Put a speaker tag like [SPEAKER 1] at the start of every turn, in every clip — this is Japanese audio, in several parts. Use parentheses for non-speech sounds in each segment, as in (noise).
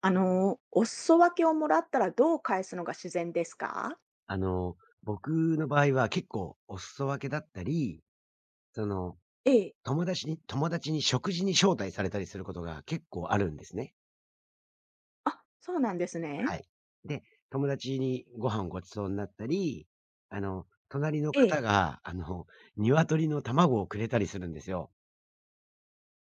[SPEAKER 1] お裾分けをもらったらどう返すのが自然ですか？
[SPEAKER 2] あの、僕の場合は結構お裾分けだったり、その、
[SPEAKER 1] ええ。
[SPEAKER 2] 友達に食事に招待されたりすることが結構あるんですね。
[SPEAKER 1] あ、そうなんですね。
[SPEAKER 2] はい。で、友達にご飯をごちそうになったり、隣の
[SPEAKER 1] え
[SPEAKER 2] 方
[SPEAKER 1] え。
[SPEAKER 2] が、鶏の卵をくれたりするんですよ。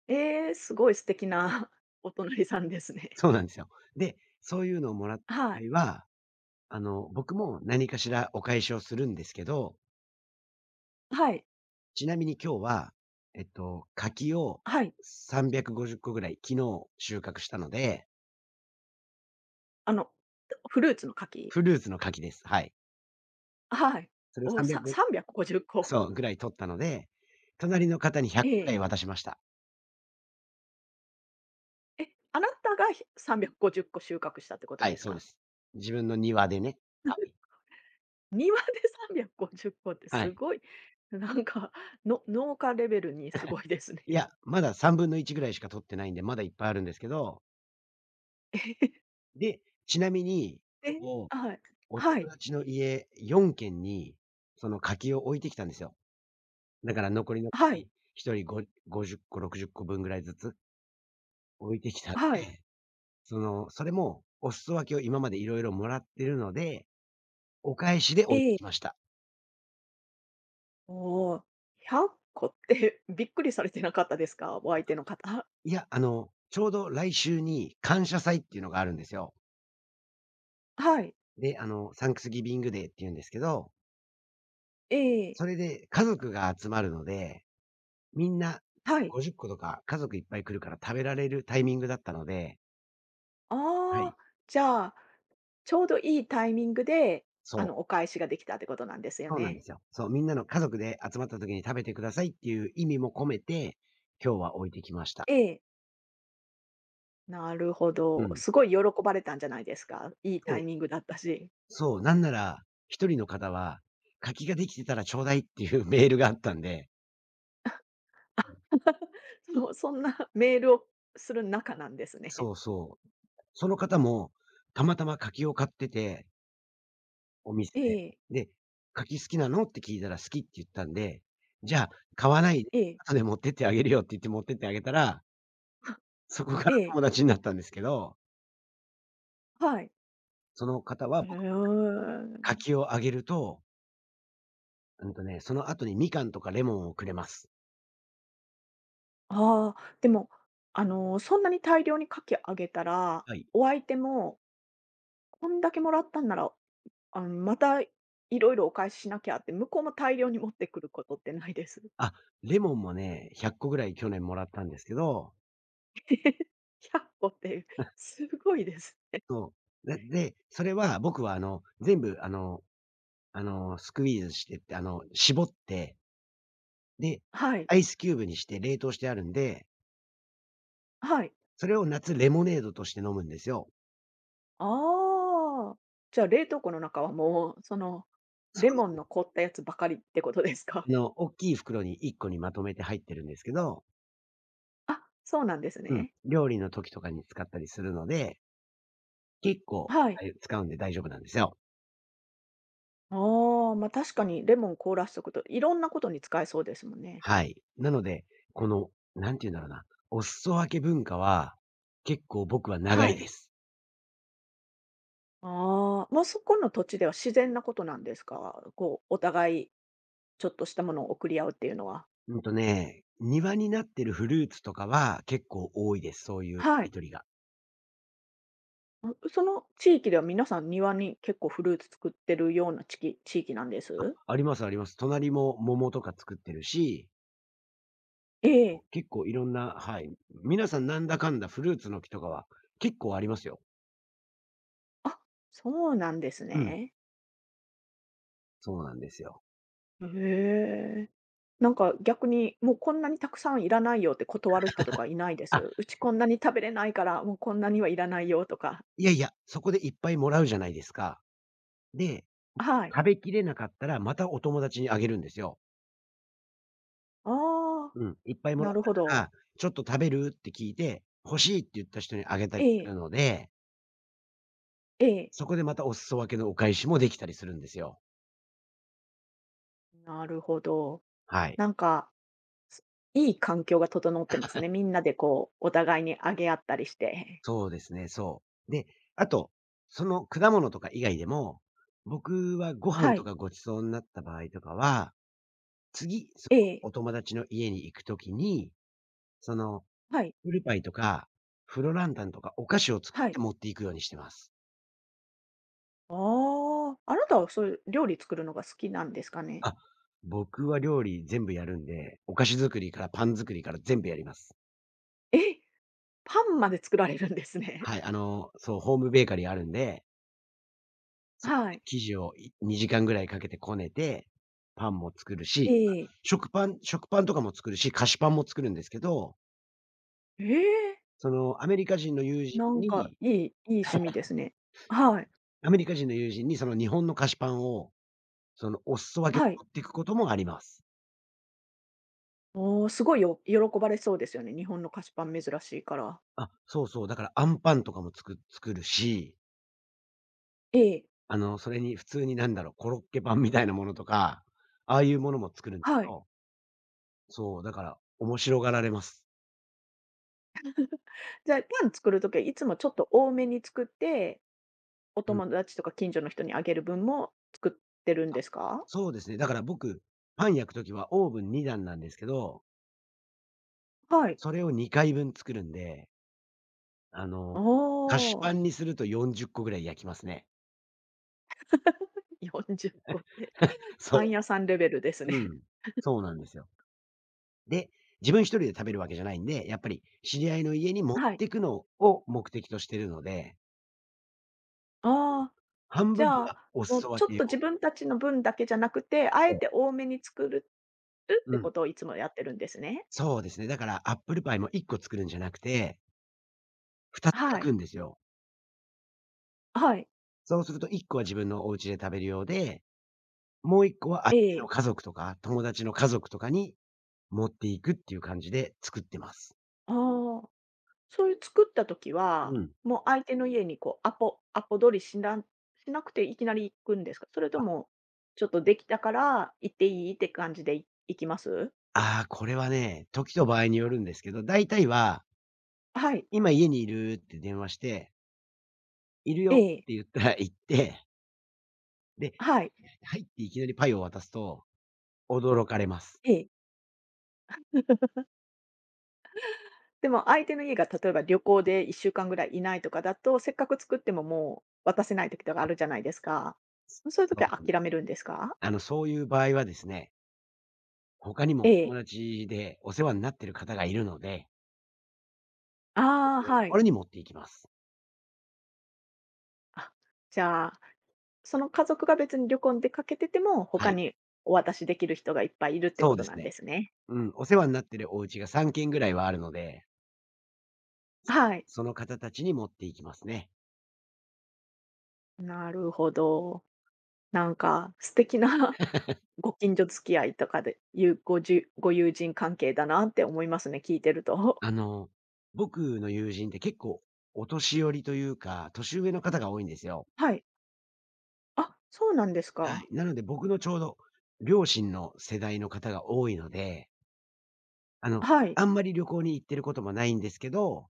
[SPEAKER 1] ええ、すごい素敵な (laughs) お隣さんですね。
[SPEAKER 2] そうなんですよ。で、そういうのをもらった
[SPEAKER 1] はい。
[SPEAKER 2] 場合は、僕も何かしらお返しをするんですけど、
[SPEAKER 1] はい。
[SPEAKER 2] ちなみに今日は、柿を
[SPEAKER 1] はい。
[SPEAKER 2] 350個ぐらい、昨日収穫したので、
[SPEAKER 1] あの、フルーツの柿？
[SPEAKER 2] フルーツの柿です。はい。
[SPEAKER 1] はい。
[SPEAKER 2] それを
[SPEAKER 1] お、
[SPEAKER 2] 300
[SPEAKER 1] 350個。
[SPEAKER 2] そう、ぐらい取ったので、隣の方に100
[SPEAKER 1] え
[SPEAKER 2] ぐら
[SPEAKER 1] え。
[SPEAKER 2] い渡しました。
[SPEAKER 1] え、あなたが350個収穫したってこと
[SPEAKER 2] は
[SPEAKER 1] で
[SPEAKER 2] い、
[SPEAKER 1] す
[SPEAKER 2] そうで
[SPEAKER 1] か？
[SPEAKER 2] す。自分の庭でね。は
[SPEAKER 1] (laughs)
[SPEAKER 2] い。
[SPEAKER 1] 庭で350個って
[SPEAKER 2] は
[SPEAKER 1] す
[SPEAKER 2] い。
[SPEAKER 1] ごい、なんか、農家レベルにすごいです
[SPEAKER 2] い
[SPEAKER 1] ね。
[SPEAKER 2] や、まだ3分の1ぐらいしか取ってないんで、まだいっぱいあるんですけど、
[SPEAKER 1] (laughs) え
[SPEAKER 2] で、ちなみに、
[SPEAKER 1] ええ、で
[SPEAKER 2] 今日、
[SPEAKER 1] はい。
[SPEAKER 2] お
[SPEAKER 1] は
[SPEAKER 2] 友
[SPEAKER 1] い。
[SPEAKER 2] 達の家4軒に、その柿を置いてきたんですよ。だから残りの
[SPEAKER 1] はい、
[SPEAKER 2] 柿、1人ご50個、60個分ぐらいずつ置いてきたんで、
[SPEAKER 1] はい。
[SPEAKER 2] (laughs) それもお裾分けを今までいろいろもらってるので、お返しで置い
[SPEAKER 1] え
[SPEAKER 2] て
[SPEAKER 1] え。
[SPEAKER 2] きました。
[SPEAKER 1] おお、100個って (laughs)、びっくりされてなかったですか？お相手の方。
[SPEAKER 2] いや、ちょうど来週に感謝祭っていうのがあるんですよ。
[SPEAKER 1] はい。
[SPEAKER 2] で、サンクスギビングデーって言うんですけど、
[SPEAKER 1] ええ、
[SPEAKER 2] それで家族が集まるので、みんな
[SPEAKER 1] はい。
[SPEAKER 2] 50個とか家族いっぱい来るから食べられるタイミングだったので、は
[SPEAKER 1] ああ、
[SPEAKER 2] い。
[SPEAKER 1] じゃあ、ちょうどいいタイミングで、
[SPEAKER 2] そう、
[SPEAKER 1] お返しができたってことなんですよ
[SPEAKER 2] そうなんで
[SPEAKER 1] ね。
[SPEAKER 2] すよ。そう、みんなの家族で集まった時に食べてくださいっていう意味も込めて、今日は置いてきました。
[SPEAKER 1] ええ、なるほ
[SPEAKER 2] う
[SPEAKER 1] ど。
[SPEAKER 2] ん。
[SPEAKER 1] すごい喜ばれたんじゃないですか？いいタ
[SPEAKER 2] そ
[SPEAKER 1] イ
[SPEAKER 2] う。
[SPEAKER 1] ミングだったし。
[SPEAKER 2] そう、なんなら、一人の方は、「柿ができてたらちょうだい」っていう (laughs) メールがあったんで、
[SPEAKER 1] (laughs) そう、そんなメールをする仲なんですね。
[SPEAKER 2] そうそう。その方も、たまたま柿を買ってて、お店
[SPEAKER 1] え
[SPEAKER 2] で。
[SPEAKER 1] え、
[SPEAKER 2] で、「柿好きなの？」って聞いたら、「好き」って言ったんで、「じゃあ、買わないで、
[SPEAKER 1] ええ。
[SPEAKER 2] 後で持ってってあげるよ」って言って持ってってあげたら、そこから
[SPEAKER 1] え
[SPEAKER 2] (laughs)
[SPEAKER 1] え。
[SPEAKER 2] 友達になったんですけど、
[SPEAKER 1] はい。
[SPEAKER 2] その方は
[SPEAKER 1] へ
[SPEAKER 2] 僕、
[SPEAKER 1] え。
[SPEAKER 2] 柿をあげると、その後にみかんとかレモンをくれます。
[SPEAKER 1] ああ、でも、そんなに大量にかきあげたら、
[SPEAKER 2] はい。
[SPEAKER 1] お相手も、こんだけもらったんなら、またいろいろお返ししなきゃって、向こうも大量に持ってくることってないです
[SPEAKER 2] あ、レモンもね、100個ぐらい去年もらったんですけど、
[SPEAKER 1] ？100個 (laughs) って、すごいです。
[SPEAKER 2] そう。で、それは僕はあの、全部、スクイーズしてって、絞って、で、
[SPEAKER 1] はい、
[SPEAKER 2] アイスキューブにして冷凍してあるんで、
[SPEAKER 1] はい。
[SPEAKER 2] それを夏レモネードとして飲むんですよ。
[SPEAKER 1] ああ、じゃあ冷凍庫の中はもう、
[SPEAKER 2] (laughs) そ
[SPEAKER 1] レモン
[SPEAKER 2] う。
[SPEAKER 1] の凍ったやつばかりってことですか？
[SPEAKER 2] 大きい袋に1個にまとめて入ってるんですけど、
[SPEAKER 1] (laughs) あ、そうなんです
[SPEAKER 2] うん、
[SPEAKER 1] ね。
[SPEAKER 2] 料理の時とかに使ったりするので、結構、
[SPEAKER 1] はい。
[SPEAKER 2] はい使うんで大丈夫なんですよ。
[SPEAKER 1] ああ、ま、確かにレモン凍らしとくと、いろんなことに使えそうですもんね。
[SPEAKER 2] はい。なので、この、なんて言うんだろうな、お裾分け文化は、結構僕は長
[SPEAKER 1] は
[SPEAKER 2] い
[SPEAKER 1] い。
[SPEAKER 2] です。
[SPEAKER 1] ああ、ま、そこの土地では自然なことなんですか？こう、お互いちょっとしたものを送り合うっていうのは。
[SPEAKER 2] うんとね、庭になってるフルーツとかは結構多いです、そういうや
[SPEAKER 1] は
[SPEAKER 2] り
[SPEAKER 1] い。
[SPEAKER 2] リりが。
[SPEAKER 1] あ、その地域では皆さん庭に結構フルーツ作ってるような地域なんです？
[SPEAKER 2] ありますあります。隣も桃とか作ってるし、
[SPEAKER 1] ええ。
[SPEAKER 2] 結構いろんな、皆さんなんだかんだフルーツの木とかは結構ありますよ。
[SPEAKER 1] あ、そうなんです
[SPEAKER 2] うん、
[SPEAKER 1] ね。
[SPEAKER 2] そうなんですよ。
[SPEAKER 1] へえ。なんか逆に、もうこんなにたくさんいらないよって断る人とかいないで
[SPEAKER 2] あ、
[SPEAKER 1] す？うちこんなに食べれないから、もうこんなにはいらないよとか。
[SPEAKER 2] いやいや、そこでいっぱいもらうじゃないですか。で、
[SPEAKER 1] はい。
[SPEAKER 2] 食べきれなかったらまたお友達にあげるんですよ。
[SPEAKER 1] ああ、
[SPEAKER 2] うん、いっぱいも
[SPEAKER 1] な
[SPEAKER 2] らっ
[SPEAKER 1] るほ
[SPEAKER 2] たか
[SPEAKER 1] ど。
[SPEAKER 2] ら、ちょっと食べるって聞いて、欲しいって言った人にあげた
[SPEAKER 1] え
[SPEAKER 2] りす
[SPEAKER 1] え、
[SPEAKER 2] るので、
[SPEAKER 1] ええ。
[SPEAKER 2] そこでまたお裾分けのお返しもできたりするんですよ。
[SPEAKER 1] なるほど。
[SPEAKER 2] はい。
[SPEAKER 1] なんか、すいい環境が整ってますね。みんなでこう、お互いにあげ合ったりして。
[SPEAKER 2] そうですね、そう。で、あと、その果物とか以外でも、僕はご
[SPEAKER 1] は
[SPEAKER 2] 飯と
[SPEAKER 1] い。
[SPEAKER 2] かご馳走になった場合とかは、次、
[SPEAKER 1] ええ、
[SPEAKER 2] お友達の家に行くときに、その、
[SPEAKER 1] はい、
[SPEAKER 2] フルパイとか、フロランタンとかお菓子を作っ
[SPEAKER 1] は
[SPEAKER 2] て
[SPEAKER 1] い。
[SPEAKER 2] 持っていくようにしてます。
[SPEAKER 1] ああ、あなたはそういう料理作るのが好きなんですかね？
[SPEAKER 2] あ、僕は料理全部やるんで、お菓子作りからパン作りから全部やります。
[SPEAKER 1] え、パンまで作られるんですね。
[SPEAKER 2] はい、ホームベーカリーあるんで、そ
[SPEAKER 1] は
[SPEAKER 2] れ
[SPEAKER 1] い。
[SPEAKER 2] で、生地を2時間ぐらいかけてこねて、パンも作る
[SPEAKER 1] え
[SPEAKER 2] し、
[SPEAKER 1] え。
[SPEAKER 2] 食パンとかも作るし、菓子パンも作るんですけど、
[SPEAKER 1] ええ、
[SPEAKER 2] その、アメリカ人の友人
[SPEAKER 1] なんか
[SPEAKER 2] に
[SPEAKER 1] いい趣味ですね。はい、
[SPEAKER 2] アメリカ人の友人にその日本の菓子パンを、お裾分け
[SPEAKER 1] はい。
[SPEAKER 2] 持っていくこともあります。
[SPEAKER 1] おお、すごい喜ばれそうですよね。日本の菓子パン珍しいから。
[SPEAKER 2] あ、そうそう、だからアンパンとかも作るし、
[SPEAKER 1] ええ、
[SPEAKER 2] それに普通になんだろう、コロッケパンみたいなものとか、ああいうものも作るんで
[SPEAKER 1] は
[SPEAKER 2] す
[SPEAKER 1] い。
[SPEAKER 2] よ。そう、だから面白がられます。
[SPEAKER 1] じゃあ、パン作る時はいつもちょっと多めに作ってお
[SPEAKER 2] うん。
[SPEAKER 1] 友達とか近所の人にあげる分も作ってるんですか？
[SPEAKER 2] そうですね。だから僕、パン焼くときはオーブン2段なんですけど、
[SPEAKER 1] はい。
[SPEAKER 2] それを2回分作るんで、あ
[SPEAKER 1] お
[SPEAKER 2] の、菓子パ
[SPEAKER 1] お、
[SPEAKER 2] ンにすると40個ぐらい焼きますね。
[SPEAKER 1] 4個って
[SPEAKER 2] (laughs)
[SPEAKER 1] パン
[SPEAKER 2] そ
[SPEAKER 1] 屋さんレベルです
[SPEAKER 2] う。
[SPEAKER 1] ね。
[SPEAKER 2] うん。そうなんですよ。で、自分一人で食べるわけじゃないんで、やっぱり知り合いの家に持っ
[SPEAKER 1] (laughs) はい。
[SPEAKER 2] てくのを目的としてるので、
[SPEAKER 1] ああ、
[SPEAKER 2] 半
[SPEAKER 1] じ
[SPEAKER 2] 分
[SPEAKER 1] ゃあ、
[SPEAKER 2] がお
[SPEAKER 1] も
[SPEAKER 2] 裾
[SPEAKER 1] うちょっ
[SPEAKER 2] 分
[SPEAKER 1] と
[SPEAKER 2] けを、
[SPEAKER 1] 自分たちの分だけじゃなくて、あえて
[SPEAKER 2] そ
[SPEAKER 1] 多めに作るっ
[SPEAKER 2] う、
[SPEAKER 1] て
[SPEAKER 2] ん。
[SPEAKER 1] ことをいつもやってるんですね。
[SPEAKER 2] そうですね。だからアップルパイも1個作るんじゃなくて、2つ
[SPEAKER 1] は
[SPEAKER 2] 焼
[SPEAKER 1] い、
[SPEAKER 2] くんですよ。
[SPEAKER 1] はい、
[SPEAKER 2] そうすると1個は自分のお家で食べるようで、もう一個は相
[SPEAKER 1] え
[SPEAKER 2] 手の
[SPEAKER 1] え。
[SPEAKER 2] 家族とか、友達の家族とかに持っていくっていう感じで作ってます。
[SPEAKER 1] ああ。そういう作った時は、
[SPEAKER 2] うん。
[SPEAKER 1] もう相手の家にこうアポ取りしなくていきなり行くんですか？それと
[SPEAKER 2] あ、
[SPEAKER 1] も、ちょっとできたから行っていいって感じで行きます？
[SPEAKER 2] ああ、これはね、時と場合によるんですけど、大体は、
[SPEAKER 1] はい。
[SPEAKER 2] 今家にいるって電話して、いる
[SPEAKER 1] え
[SPEAKER 2] よっ
[SPEAKER 1] え。
[SPEAKER 2] て言ったら行って、で、
[SPEAKER 1] はい。
[SPEAKER 2] 入っていきなりパイを渡すと、驚かれます。
[SPEAKER 1] ええ。でも相手の家が例えば旅行で1週間ぐらいいないとかだと、せっかく作ってももう渡せない時とかあ
[SPEAKER 2] あ、
[SPEAKER 1] るじゃないですか。そういう時
[SPEAKER 2] そ
[SPEAKER 1] は
[SPEAKER 2] う
[SPEAKER 1] 諦めるんですか？
[SPEAKER 2] あの、そういう場合はですね、他に
[SPEAKER 1] え
[SPEAKER 2] も友
[SPEAKER 1] え。
[SPEAKER 2] 達でお世話になってる方がいるので、
[SPEAKER 1] ああ、は
[SPEAKER 2] こ
[SPEAKER 1] い。
[SPEAKER 2] れに持っていきます。
[SPEAKER 1] あ、じゃあその家族が別に旅行に出かけてても、
[SPEAKER 2] は
[SPEAKER 1] 他
[SPEAKER 2] い、
[SPEAKER 1] にお渡しできる人がいっぱいいるってこ
[SPEAKER 2] そうで
[SPEAKER 1] とな
[SPEAKER 2] す
[SPEAKER 1] んで
[SPEAKER 2] ね。
[SPEAKER 1] すね。
[SPEAKER 2] うん、お世話になってるお家が3軒ぐらいはあるので、
[SPEAKER 1] はい。
[SPEAKER 2] その方たちに持っていきますね。
[SPEAKER 1] なるほど。なんか素敵な (laughs) ご近所付き合いとかで、ゆごじゅご友人関係だなって思いますね、聞いてると。
[SPEAKER 2] あの、僕の友人って結構お年寄りというか、年上の方が多いんですよ。
[SPEAKER 1] (laughs) はい。あ、そうなんです
[SPEAKER 2] は
[SPEAKER 1] か。
[SPEAKER 2] い。なので僕のちょうど両親の世代の方が多いので、あの、
[SPEAKER 1] はい。
[SPEAKER 2] あんまり旅行に行ってることもないんですけど、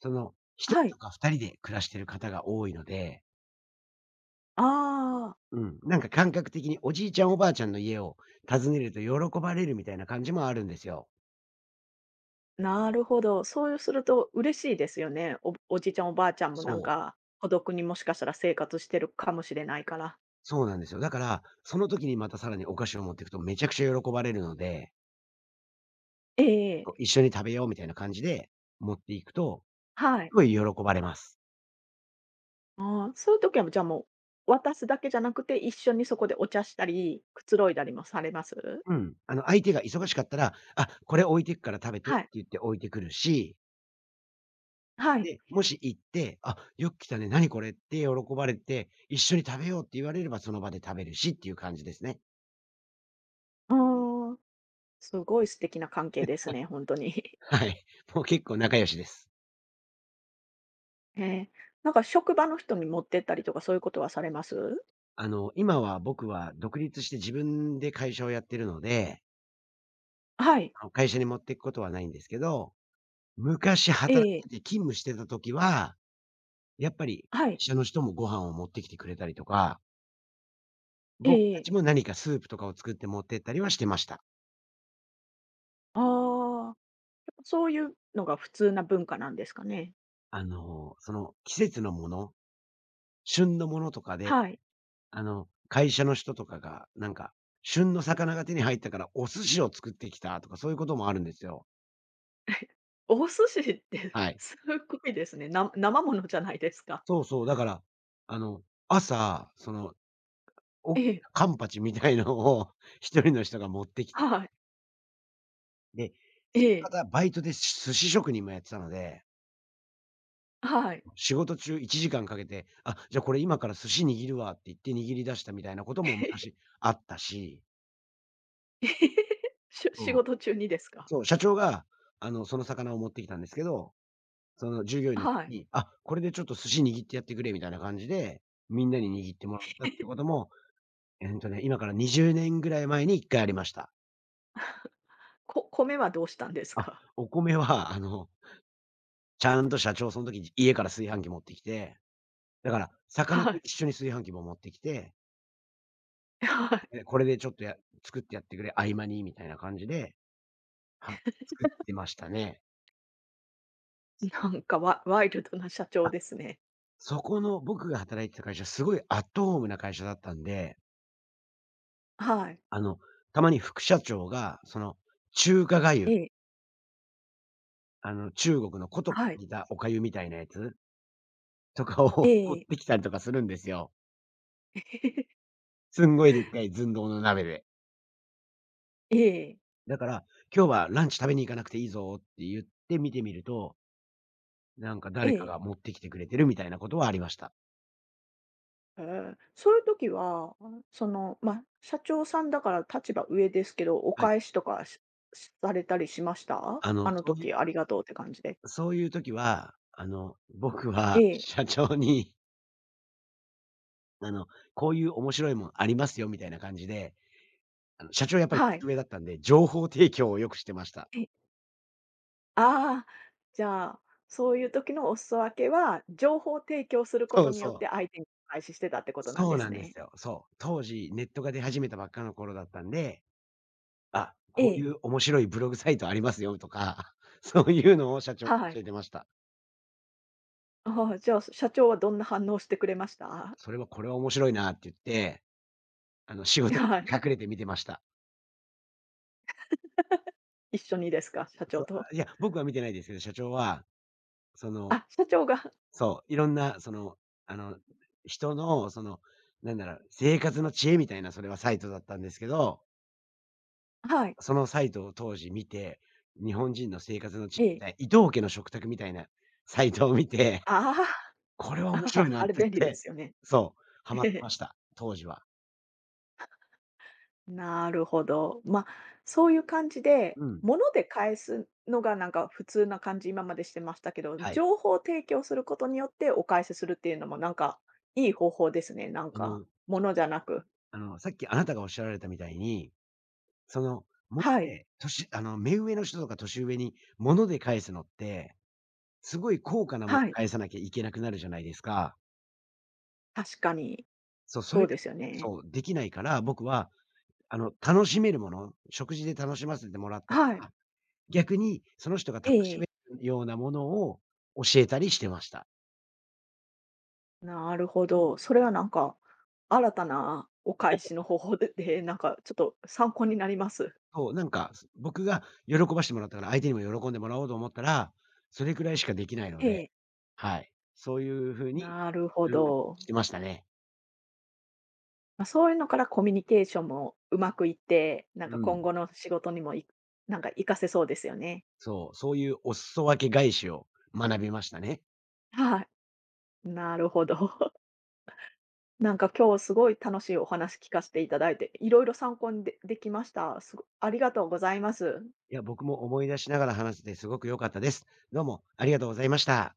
[SPEAKER 2] 一人
[SPEAKER 1] はい。
[SPEAKER 2] とか二人で暮らしてる方が多いので、
[SPEAKER 1] ああ、
[SPEAKER 2] うん、なんか感覚的におじいちゃんおばあちゃんの家を訪ねると喜ばれるみたいな感じもあるんですよ。
[SPEAKER 1] なるほど。そうすると嬉しいですよね。おじいちゃん、おばあちゃんもなん
[SPEAKER 2] そう。
[SPEAKER 1] か、孤独にもしかしたら生活してるかもしれないから。
[SPEAKER 2] そうなんですよ。だから、その時にまたさらにお菓子を持っていくとめちゃくちゃ喜ばれるので、
[SPEAKER 1] えええ。
[SPEAKER 2] こう一緒に食べようみたいな感じで持っていくと、
[SPEAKER 1] はい。
[SPEAKER 2] すごい喜ばれます。
[SPEAKER 1] ああ、そういう時はじゃあもう、渡すだけじゃなくて、一緒にそこでお茶したり、くつろいだりもされます？
[SPEAKER 2] うん。あの、相手が忙しかったら、あ、これ置いてくから食べてっ
[SPEAKER 1] は
[SPEAKER 2] て
[SPEAKER 1] い。
[SPEAKER 2] 言って置いてくるし、
[SPEAKER 1] はい。
[SPEAKER 2] で、もし行って、あ、よく来たね、何これって喜ばれて、一緒に食べようって言われればその場で食べるしっていう感じですね。
[SPEAKER 1] ああ、すごい素敵な関係ですね、本当
[SPEAKER 2] (laughs)
[SPEAKER 1] に。
[SPEAKER 2] はい。もう結構仲良しです。
[SPEAKER 1] (laughs) ええ。なんか職場の人に持ってったりとか、そういうことはされます？
[SPEAKER 2] あの、今は僕は独立して自分で会社をやってるので、
[SPEAKER 1] はい。
[SPEAKER 2] あの会社に持っていくことはないんですけど、昔働
[SPEAKER 1] ええ、
[SPEAKER 2] いてて勤務してた時は、やっぱり
[SPEAKER 1] はい。
[SPEAKER 2] 会社の人もご飯を持ってきてくれたりとか、
[SPEAKER 1] え
[SPEAKER 2] 僕
[SPEAKER 1] え
[SPEAKER 2] た
[SPEAKER 1] え。
[SPEAKER 2] ちも何かスープとかを作って持ってったりはしてました。
[SPEAKER 1] ああ、そういうのが普通な文化なんですかね？
[SPEAKER 2] あの、その季節のもの、旬のものとかで、
[SPEAKER 1] はい。
[SPEAKER 2] あの、会社の人とかが、なんか、旬の魚が手に入ったからお寿司を作ってきたとかそういうこともあるんですよ。
[SPEAKER 1] お寿司って
[SPEAKER 2] は
[SPEAKER 1] (laughs)
[SPEAKER 2] い。
[SPEAKER 1] すごいですね。生ものじゃないですか。
[SPEAKER 2] そうそう、だから、あの、朝、
[SPEAKER 1] え
[SPEAKER 2] お
[SPEAKER 1] え。
[SPEAKER 2] カンパチみたいのを (laughs) 一人の人が持ってきて、
[SPEAKER 1] はい。
[SPEAKER 2] で、
[SPEAKER 1] え
[SPEAKER 2] そ
[SPEAKER 1] え。
[SPEAKER 2] の方バイトで寿司職人もやってたので、
[SPEAKER 1] はい。
[SPEAKER 2] 仕事中1時間かけて、あ、じゃあこれ今から寿司握るわって言って握り出したみたいなことも昔あったし、
[SPEAKER 1] (laughs) えへへ仕
[SPEAKER 2] そう、
[SPEAKER 1] 事中にですか？
[SPEAKER 2] そう、社長が、その魚を持ってきたんですけど、その従業員の人
[SPEAKER 1] はい。
[SPEAKER 2] に、あ、これでちょっと寿司握ってやってくれみたいな感じで、みんなに握ってもらったってことも、今から20年ぐらい前に1回ありました。
[SPEAKER 1] 米はどうしたんです
[SPEAKER 2] あ、
[SPEAKER 1] か？
[SPEAKER 2] お米は、ちゃんと社長その時、家から炊飯器持ってきて、だから、
[SPEAKER 1] (laughs)
[SPEAKER 2] 魚
[SPEAKER 1] は
[SPEAKER 2] と
[SPEAKER 1] い。
[SPEAKER 2] 一緒に炊飯器も持ってきて、
[SPEAKER 1] はい。
[SPEAKER 2] で、これでちょっと作ってやってくれ、合間にみたいな感じで、は作ってましたね。
[SPEAKER 1] (laughs) なんかワイルドな社長
[SPEAKER 2] あ、
[SPEAKER 1] ですね。
[SPEAKER 2] そこの僕が働いてた会社、すごいアットホームな会社だったんで、
[SPEAKER 1] はい。
[SPEAKER 2] あの、たまに副社長が、中華粥、
[SPEAKER 1] ええ、
[SPEAKER 2] 中国の古都
[SPEAKER 1] はい。
[SPEAKER 2] にいたお粥みたいなやつとかを
[SPEAKER 1] え
[SPEAKER 2] (laughs) 持っ
[SPEAKER 1] え
[SPEAKER 2] てきたりとかするんですよ。
[SPEAKER 1] (laughs) ええ。
[SPEAKER 2] すんごいでっかい寸胴の鍋で。
[SPEAKER 1] ええ。
[SPEAKER 2] だから、今日はランチ食べに行かなくていいぞって言って見てみると、なんか
[SPEAKER 1] え
[SPEAKER 2] 誰か
[SPEAKER 1] え。
[SPEAKER 2] が持ってきてくれてるみたいなことはありました。
[SPEAKER 1] そういう時は、ま、社長さんだから立場上ですけど、お
[SPEAKER 2] はい。
[SPEAKER 1] 返しとかされたりしました？
[SPEAKER 2] あ
[SPEAKER 1] あ
[SPEAKER 2] の、
[SPEAKER 1] の
[SPEAKER 2] そうい
[SPEAKER 1] 時
[SPEAKER 2] う
[SPEAKER 1] ありがとうって感じで。
[SPEAKER 2] そういう時は、僕
[SPEAKER 1] え
[SPEAKER 2] は
[SPEAKER 1] え、
[SPEAKER 2] 社長に、(laughs) あの、こういう面白いもんありますよみたいな感じで、社長やっぱり
[SPEAKER 1] は
[SPEAKER 2] 年
[SPEAKER 1] い。
[SPEAKER 2] 上だったんで、情報提供をよくしてました。
[SPEAKER 1] ああ、じゃあ、そういう時のお裾分けは、情報提供する
[SPEAKER 2] (laughs)
[SPEAKER 1] こ
[SPEAKER 2] そ
[SPEAKER 1] と
[SPEAKER 2] う
[SPEAKER 1] によっ
[SPEAKER 2] そ
[SPEAKER 1] て
[SPEAKER 2] う。
[SPEAKER 1] 相手に開始してたってことなん
[SPEAKER 2] そ
[SPEAKER 1] で
[SPEAKER 2] う
[SPEAKER 1] す
[SPEAKER 2] なんで
[SPEAKER 1] ね。
[SPEAKER 2] すよ。そう。当時ネットが出始めたばっかの頃だったんで、あ、
[SPEAKER 1] え
[SPEAKER 2] こうい
[SPEAKER 1] え。
[SPEAKER 2] う面白いブログサイトありますよとか、(laughs) そういうのを社長に
[SPEAKER 1] は
[SPEAKER 2] 教
[SPEAKER 1] い。
[SPEAKER 2] えてました。
[SPEAKER 1] ああ、じゃあ、社長はどんな反応してくれました？
[SPEAKER 2] それはこれは面白いなって言って、仕
[SPEAKER 1] (laughs)
[SPEAKER 2] 事
[SPEAKER 1] はい。
[SPEAKER 2] 中隠れて見てました。
[SPEAKER 1] 一緒にですか？社長
[SPEAKER 2] そ
[SPEAKER 1] と。
[SPEAKER 2] いや、僕は見てないですけど、社長は、その、
[SPEAKER 1] あ、社長が。
[SPEAKER 2] そう、いろんな、あの、人の、なんだろう、生活の知恵みたいな、それはサイトだったんですけど、
[SPEAKER 1] はい。
[SPEAKER 2] そのサイトを当時見て、日本人の生活の知恵
[SPEAKER 1] え
[SPEAKER 2] み
[SPEAKER 1] え。
[SPEAKER 2] たい、伊東家の食卓みたいなサイトを見て、
[SPEAKER 1] あ
[SPEAKER 2] (laughs) これ
[SPEAKER 1] あ、
[SPEAKER 2] は面白い
[SPEAKER 1] (laughs)
[SPEAKER 2] なっ
[SPEAKER 1] あ
[SPEAKER 2] て
[SPEAKER 1] れ便利
[SPEAKER 2] 言
[SPEAKER 1] で
[SPEAKER 2] って、
[SPEAKER 1] すよね。
[SPEAKER 2] そう、ハマってました、当時は。
[SPEAKER 1] なるほど。まあ、そういう感じで、
[SPEAKER 2] うん、
[SPEAKER 1] 物で返すのがなんか普通な感じ、今までしてましたけど、
[SPEAKER 2] はい。
[SPEAKER 1] 情報を提供することによってお返しするっていうのもなんか、いい方法ですね、なん
[SPEAKER 2] あ
[SPEAKER 1] か。
[SPEAKER 2] の、
[SPEAKER 1] 物じゃなく。
[SPEAKER 2] さっきあなたがおっしゃられたみたいに、その、もっ
[SPEAKER 1] はい、
[SPEAKER 2] て年あの、目上の人とか年上に物で返すのって、すごい高価なもの
[SPEAKER 1] はい、
[SPEAKER 2] 返さなきゃいけなくなるじゃないですか。
[SPEAKER 1] 確かに。
[SPEAKER 2] そう、そ
[SPEAKER 1] そう
[SPEAKER 2] れが、
[SPEAKER 1] ですよね。
[SPEAKER 2] そう、できないから、僕は、楽しめるもの、食事で楽しませてもらった
[SPEAKER 1] は
[SPEAKER 2] か
[SPEAKER 1] い。
[SPEAKER 2] ら、逆にその人が楽
[SPEAKER 1] ええ
[SPEAKER 2] し
[SPEAKER 1] え。
[SPEAKER 2] めるようなものを教えたりしてました。
[SPEAKER 1] なるほど。それはなんか、新たなお返しの方法で、なんかちょっと参考になります。
[SPEAKER 2] そう、なんか、僕が喜ばしてもらったから、相手にも喜んでもらおうと思ったら、それくらいしかできないの
[SPEAKER 1] え
[SPEAKER 2] で、
[SPEAKER 1] え。
[SPEAKER 2] はい。そういう風に、
[SPEAKER 1] なるほ
[SPEAKER 2] うん、
[SPEAKER 1] ど。
[SPEAKER 2] してましたね。
[SPEAKER 1] まあ、そういうのからコミュニケーションもうまくいって、なんか
[SPEAKER 2] うん。
[SPEAKER 1] 今後の仕事にもなんか活かせそうですよね。
[SPEAKER 2] そう、そういうお裾分け返しを学びましたね。
[SPEAKER 1] はい。なるほど。(laughs) なんか今日すごい楽しいお話聞かせていただいて、いろいろ参考にできました。ありがとうございます。
[SPEAKER 2] いや、僕も思い出しながら話せてすごく良かったです。どうもありがとうございました。